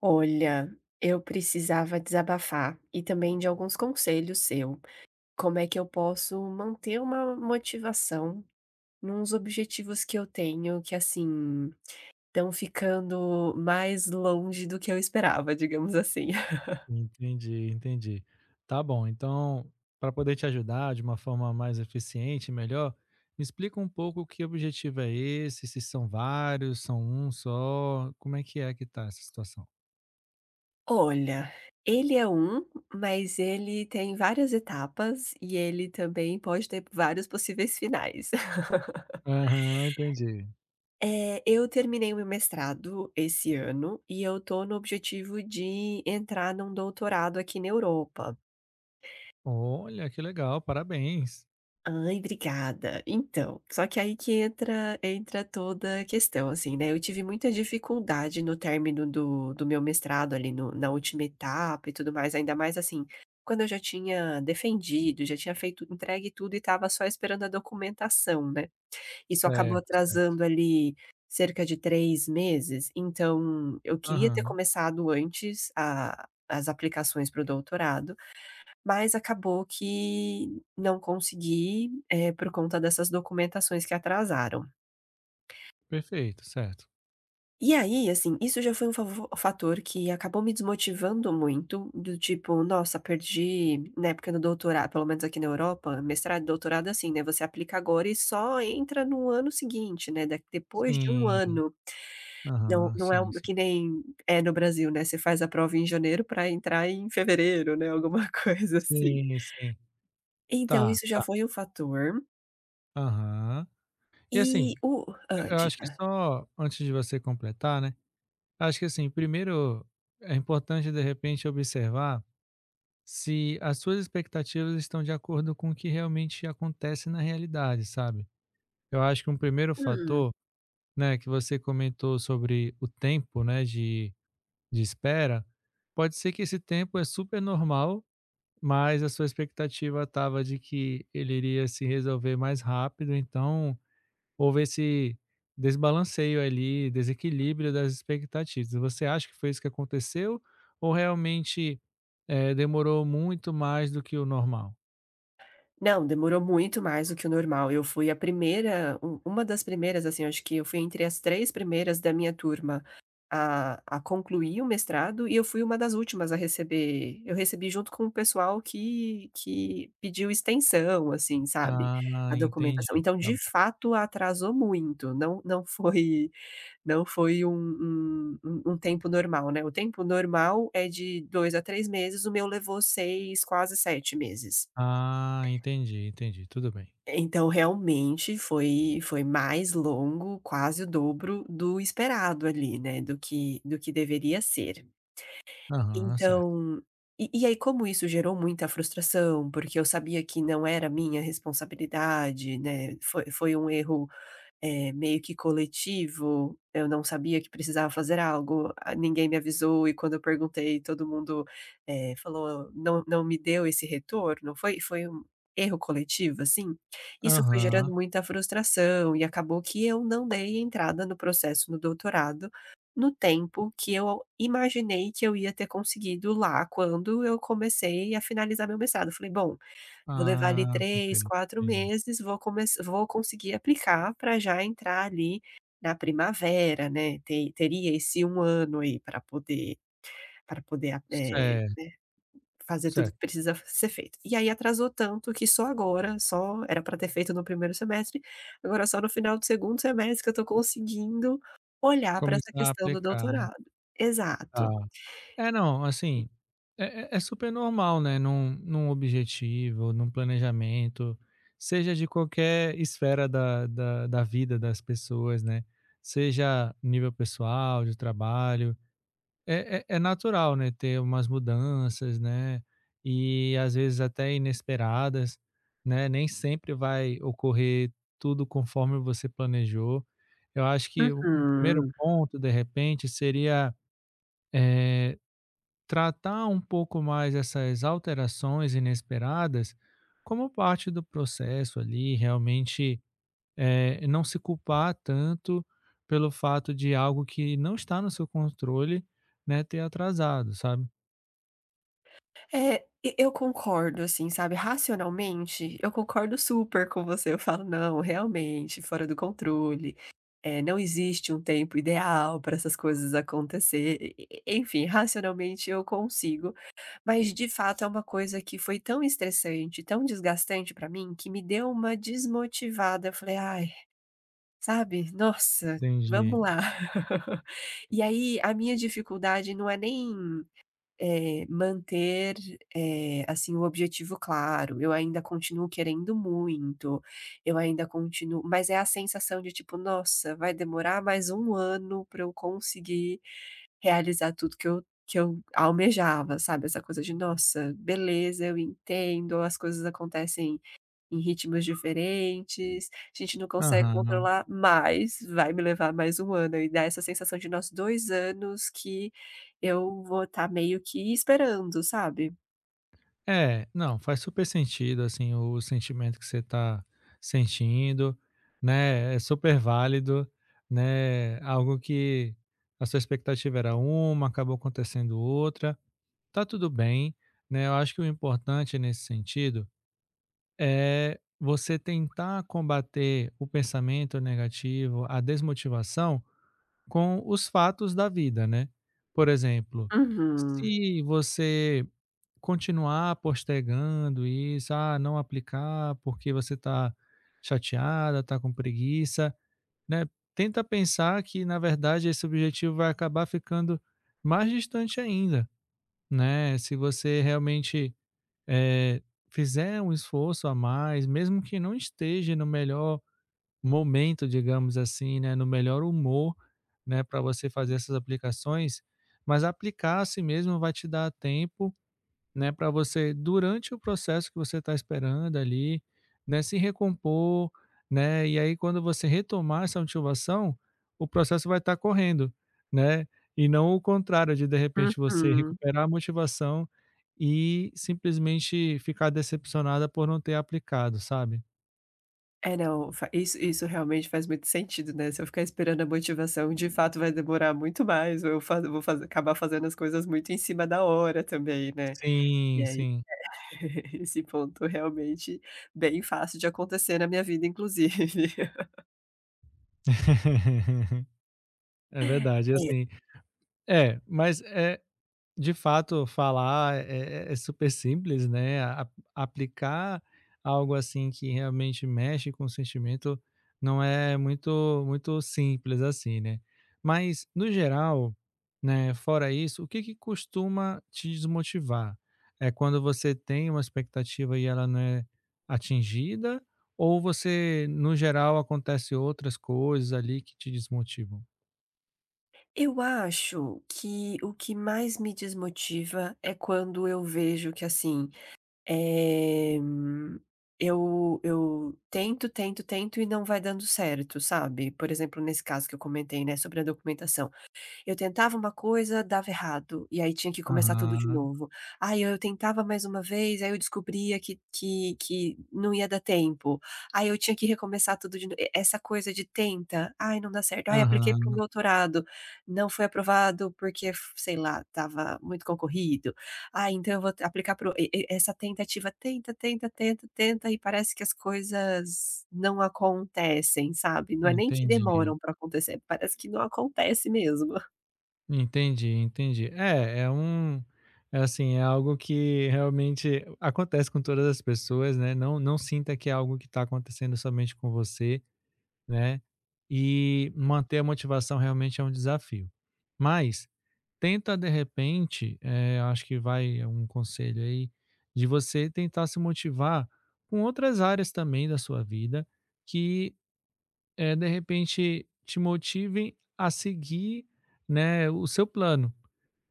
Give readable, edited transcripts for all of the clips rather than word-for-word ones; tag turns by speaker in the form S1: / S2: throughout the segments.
S1: Olha, eu precisava desabafar e também de alguns conselhos seu. Como é que eu posso manter uma motivação nos objetivos que eu tenho que, assim, estão ficando mais longe do que eu esperava, digamos assim.
S2: Entendi, entendi. Tá bom, então, para poder te ajudar de uma forma mais eficiente e melhor, me explica um pouco que objetivo é esse, se são vários, são um só, como é que tá essa situação?
S1: Olha, ele é um, mas ele tem várias etapas e ele também pode ter vários possíveis finais.
S2: Aham, entendi.
S1: Eu terminei o meu mestrado esse ano e eu tô no objetivo de entrar num doutorado aqui na Europa.
S2: Olha, que legal, parabéns.
S1: Ai, obrigada. Então, só que aí que entra toda a questão, assim, né, eu tive muita dificuldade no término do meu mestrado ali no na última etapa e tudo mais, ainda mais, assim, quando eu já tinha defendido, já tinha feito entregue tudo e estava só esperando a documentação, né. Isso acabou
S2: Certo, certo.
S1: atrasando ali cerca de 3 meses, então eu queria ter
S2: Aham,
S1: começado antes a as aplicações para o doutorado, mas acabou que não consegui, por conta dessas documentações que atrasaram.
S2: perfeito, certo.
S1: E aí, assim, isso já foi um favo fator que acabou me desmotivando muito, do tipo: "Nossa, perdi" na época do doutorado. Pelo menos aqui na Europa, mestrado e doutorado é assim, né, você aplica agora e só entra no ano seguinte, né, da depois de um
S2: Sim,
S1: ano. Não
S2: aham,
S1: não é
S2: sim,
S1: um
S2: sim.
S1: que nem é no Brasil, né, você faz a prova em janeiro para entrar em fevereiro, né, alguma coisa assim.
S2: Sim, sim.
S1: Então
S2: Tá,
S1: isso já
S2: tá.
S1: foi um fator,
S2: Aham. E
S1: e
S2: assim,
S1: o
S2: eu acho que
S1: diga.
S2: só antes de você completar, né? Acho que assim, primeiro é importante de repente observar se as suas expectativas estão de acordo com o que realmente acontece na realidade, sabe? Eu acho que um primeiro
S1: Hum.
S2: fator, né, que você comentou sobre o tempo, né, de espera, pode ser que esse tempo é super normal, mas a sua expectativa estava de que ele iria se resolver mais rápido, então houve esse desbalanceio ali, desequilíbrio das expectativas. Você acha que foi isso que aconteceu ou realmente, demorou muito mais do que o normal?
S1: Não, demorou muito mais do que o normal. Eu fui a primeira u uma das primeiras, assim, acho que eu fui entre as 3 primeiras da minha turma a concluir o mestrado, e eu fui uma das últimas a receber. Eu recebi junto com o pessoal que pediu extensão, assim, sabe,
S2: Ah,
S1: a
S2: entendi,
S1: documentação. Então,
S2: tá
S1: de
S2: bom.
S1: fato, atrasou muito, não não foi não foi um tempo normal, né. O tempo normal é de 2 a 3 meses, o meu levou 6, quase 7 meses.
S2: Ah, entendi, entendi, tudo bem.
S1: Então realmente foi mais longo, quase o dobro do esperado ali, né, do que deveria ser.
S2: Aham, certo.
S1: Então, e aí, como isso gerou muita frustração, porque eu sabia que não era minha responsabilidade, né, foi um erro meio que coletivo. Eu não sabia que precisava fazer algo, ah, ninguém me avisou, e quando eu perguntei, todo mundo, falou: "Não me deu esse retorno". Foi um erro coletivo, assim. Isso foi gerando
S2: Aham.
S1: muita frustração e acabou que eu não dei entrada no processo no doutorado, no tempo que eu imaginei que eu ia ter conseguido lá quando eu comecei a finalizar meu mestrado. Falei: "Bom, vou levar ali
S2: Ah,
S1: 3,
S2: perfeito,
S1: 4
S2: entendi.
S1: meses, vou começar, vou conseguir aplicar para já entrar ali na primavera, né, te teria esse um ano aí para poder
S2: Certo,
S1: né, fazer tudo que
S2: certo.
S1: precisa ser feito". E aí atrasou tanto que só agora, só era para ter feito no primeiro semestre, agora só no final do segundo semestre que eu estou conseguindo olhar para essa
S2: Começar a
S1: questão do
S2: aplicar, né.
S1: doutorado.
S2: Tá.
S1: Exato.
S2: É, não, assim, é super normal, né, num objetivo, num planejamento, seja de qualquer esfera da vida das pessoas, né, seja nível pessoal, de trabalho, é natural, né, ter umas mudanças, né, e às vezes até inesperadas, né, nem sempre vai ocorrer tudo conforme você planejou. Eu acho que um primeiro
S1: Uhum.
S2: ponto, de repente, seria, eh, tratar um pouco mais essas alterações inesperadas como parte do processo ali, realmente não se culpar tanto pelo fato de algo que não está no seu controle, né, ter atrasado, sabe?
S1: É, e eu concordo, assim, sabe, racionalmente, eu concordo super com você. Eu falo: "Não, realmente, fora do controle, não existe um tempo ideal para essas coisas acontecer", e enfim, racionalmente eu consigo, mas de fato é uma coisa que foi tão estressante, tão desgastante para mim, que me deu uma desmotivada. Eu falei: "Ai", sabe, "nossa,
S2: Entendi.
S1: vamos lá". E aí, a minha dificuldade não é nem manter, assim, o objetivo claro. Eu ainda continuo querendo muito, eu ainda continuo, mas é a sensação de tipo: "Nossa, vai demorar mais um ano para eu conseguir realizar tudo que eu almejava", sabe, essa coisa de: "Nossa, beleza, eu entendo, as coisas acontecem em ritmos diferentes, a gente não consegue
S2: Aham.
S1: controlar, mas vai me levar mais um ano, e dá essa sensação de nós 2 anos que eu vou estar meio que esperando", sabe?
S2: É, não, faz super sentido, assim, o sentimento que você está sentindo, né? É super válido, né? Algo que a sua expectativa era uma, acabou acontecendo outra. Tá tudo bem, né, eu acho que o importante nesse sentido é você tentar combater o pensamento negativo, a desmotivação com os fatos da vida, né. Por exemplo,
S1: Uhum,
S2: se você continuar postergando isso, ah, não aplicar porque você está chateada, está com preguiça, né, tenta pensar que na verdade esse objetivo vai acabar ficando mais distante ainda, né, se você realmente eh, fizer um esforço a mais, mesmo que não esteja no melhor momento, digamos assim, né, no melhor humor, né, para você fazer essas aplicações, mas aplicar a si mesmo vai te dar tempo né, para você durante o processo que você está esperando ali, né, se recompor, né, e aí quando você retomar essa motivação, o processo vai estar correndo, né, e não o contrário de repente você
S1: uhum.
S2: recuperar a motivação e simplesmente ficar decepcionada por não ter aplicado, sabe.
S1: É, não, fa isso isso realmente faz muito sentido, né, se eu ficar esperando a motivação, de fato vai demorar muito mais, ou eu fa vou fazer acabar fazendo as coisas muito em cima da hora também, né. E
S2: Sim,
S1: aí,
S2: sim.
S1: esse ponto realmente bem fácil de acontecer na minha vida, inclusive.
S2: É verdade, assim, é, mas é de fato, falar é super simples, né, a aplicar algo, assim, que realmente mexe com o sentimento não é muito simples, assim, né. Mas, no geral, né, fora isso, o que costuma te desmotivar? É quando você tem uma expectativa e ela não é atingida ou você, no geral, acontece outras coisas ali que te desmotivam?
S1: Eu acho que o que mais me desmotiva é quando eu vejo que, assim, eh, hum, eu tento, tento, tento e não vai dando certo, sabe. Por exemplo, nesse caso que eu comentei, né, sobre a documentação. Eu tentava uma coisa, dava errado, e aí tinha que começar tudo de
S2: Aham,
S1: novo. Aí eu tentava mais uma vez, aí eu descobria que não ia dar tempo. Aí eu tinha que recomeçar tudo de novo. Essa coisa de tenta, "Ai, não dá certo. Ai, apliquei para um
S2: aham,
S1: doutorado, não foi aprovado porque f sei lá, estava muito concorrido. Ah, então eu vou t aplicar para e essa tentativa, tenta, tenta, tenta, tenta", e parece que as coisas não acontecem, sabe. Não é nem que
S2: entendi.
S1: demoram para acontecer, parece que não acontece mesmo.
S2: Entendi, entendi. É, é um é assim, é algo que realmente acontece com todas as pessoas, né, não sinta que é algo que está acontecendo somente com você, né, e manter a motivação realmente é um desafio. Mas tenta de repente, eu acho que vai um conselho aí, de você tentar se motivar com outras áreas também da sua vida que, de repente te motivem a seguir, né, o seu plano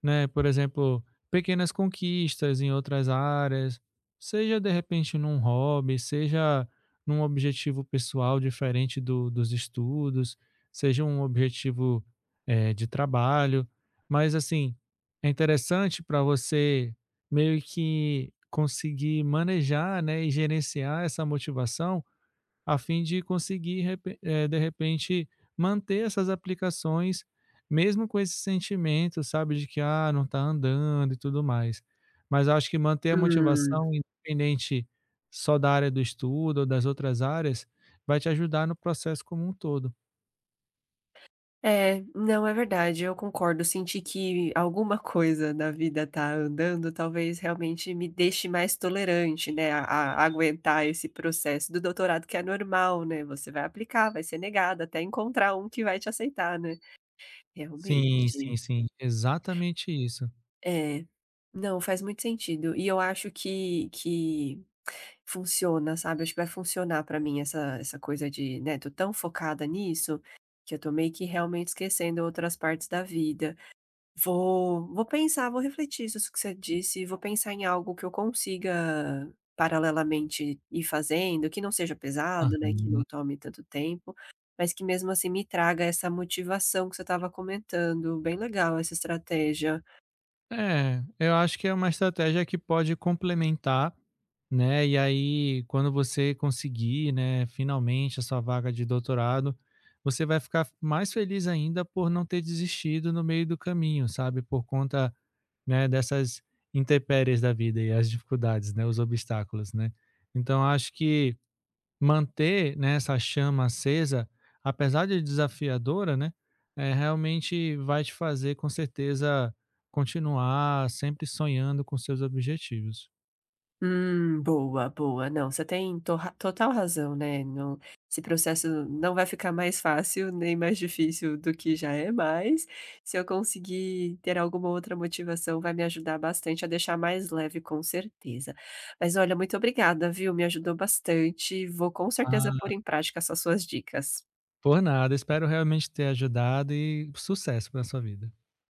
S2: né? Por exemplo, pequenas conquistas em outras áreas, seja de repente num hobby, seja num objetivo pessoal diferente do, dos estudos, seja um objetivo de trabalho. Mas, assim, é interessante para você meio que conseguir manejar né, e gerenciar essa motivação a fim de conseguir, de repente, manter essas aplicações, mesmo com esse sentimento, sabe, de que ah, não está andando e tudo mais. Mas eu acho que manter a
S1: Hum.
S2: motivação, independente só da área do estudo ou das outras áreas, vai te ajudar no processo como um todo.
S1: É, não, é verdade, eu concordo. Senti que alguma coisa na vida tá andando, talvez realmente me deixe mais tolerante, né, a aguentar esse processo do doutorado, que é normal, né, você vai aplicar, vai ser negado até encontrar um que vai te aceitar, né. Realmente.
S2: Sim, sim, sim. Exatamente isso.
S1: É. Não, faz muito sentido. E eu acho que funciona, sabe, acho que vai funcionar pra mim essa coisa de, né, tô tão focada nisso, que eu tô meio que realmente esquecendo outras partes da vida. Vou pensar, vou refletir isso que você disse, vou pensar em algo que eu consiga paralelamente ir fazendo, que não seja pesado, né, que não
S2: Aham.
S1: tome tanto tempo, mas que mesmo assim me traga essa motivação que você estava comentando. Bem legal essa estratégia.
S2: É, eu acho que é uma estratégia que pode complementar, né? E aí, quando você conseguir, né, finalmente a sua vaga de doutorado, você vai ficar mais feliz ainda por não ter desistido no meio do caminho, sabe? Por conta, né, dessas intempéries da vida e as dificuldades, né, os obstáculos, né? Então, acho que manter, né, essa chama acesa, apesar de desafiadora, né, realmente vai te fazer, com certeza, continuar sempre sonhando com seus objetivos.
S1: Boa, boa. Não, você tem torra total razão, né, não esse processo não vai ficar mais fácil, nem mais difícil do que já é, mas se eu conseguir ter alguma outra motivação, vai me ajudar bastante a deixar mais leve, com certeza. Mas olha, muito obrigada, viu, me ajudou bastante. Vou com certeza
S2: Ah,
S1: pôr em prática essas suas dicas.
S2: por nada. Espero realmente ter ajudado e sucesso para sua vida.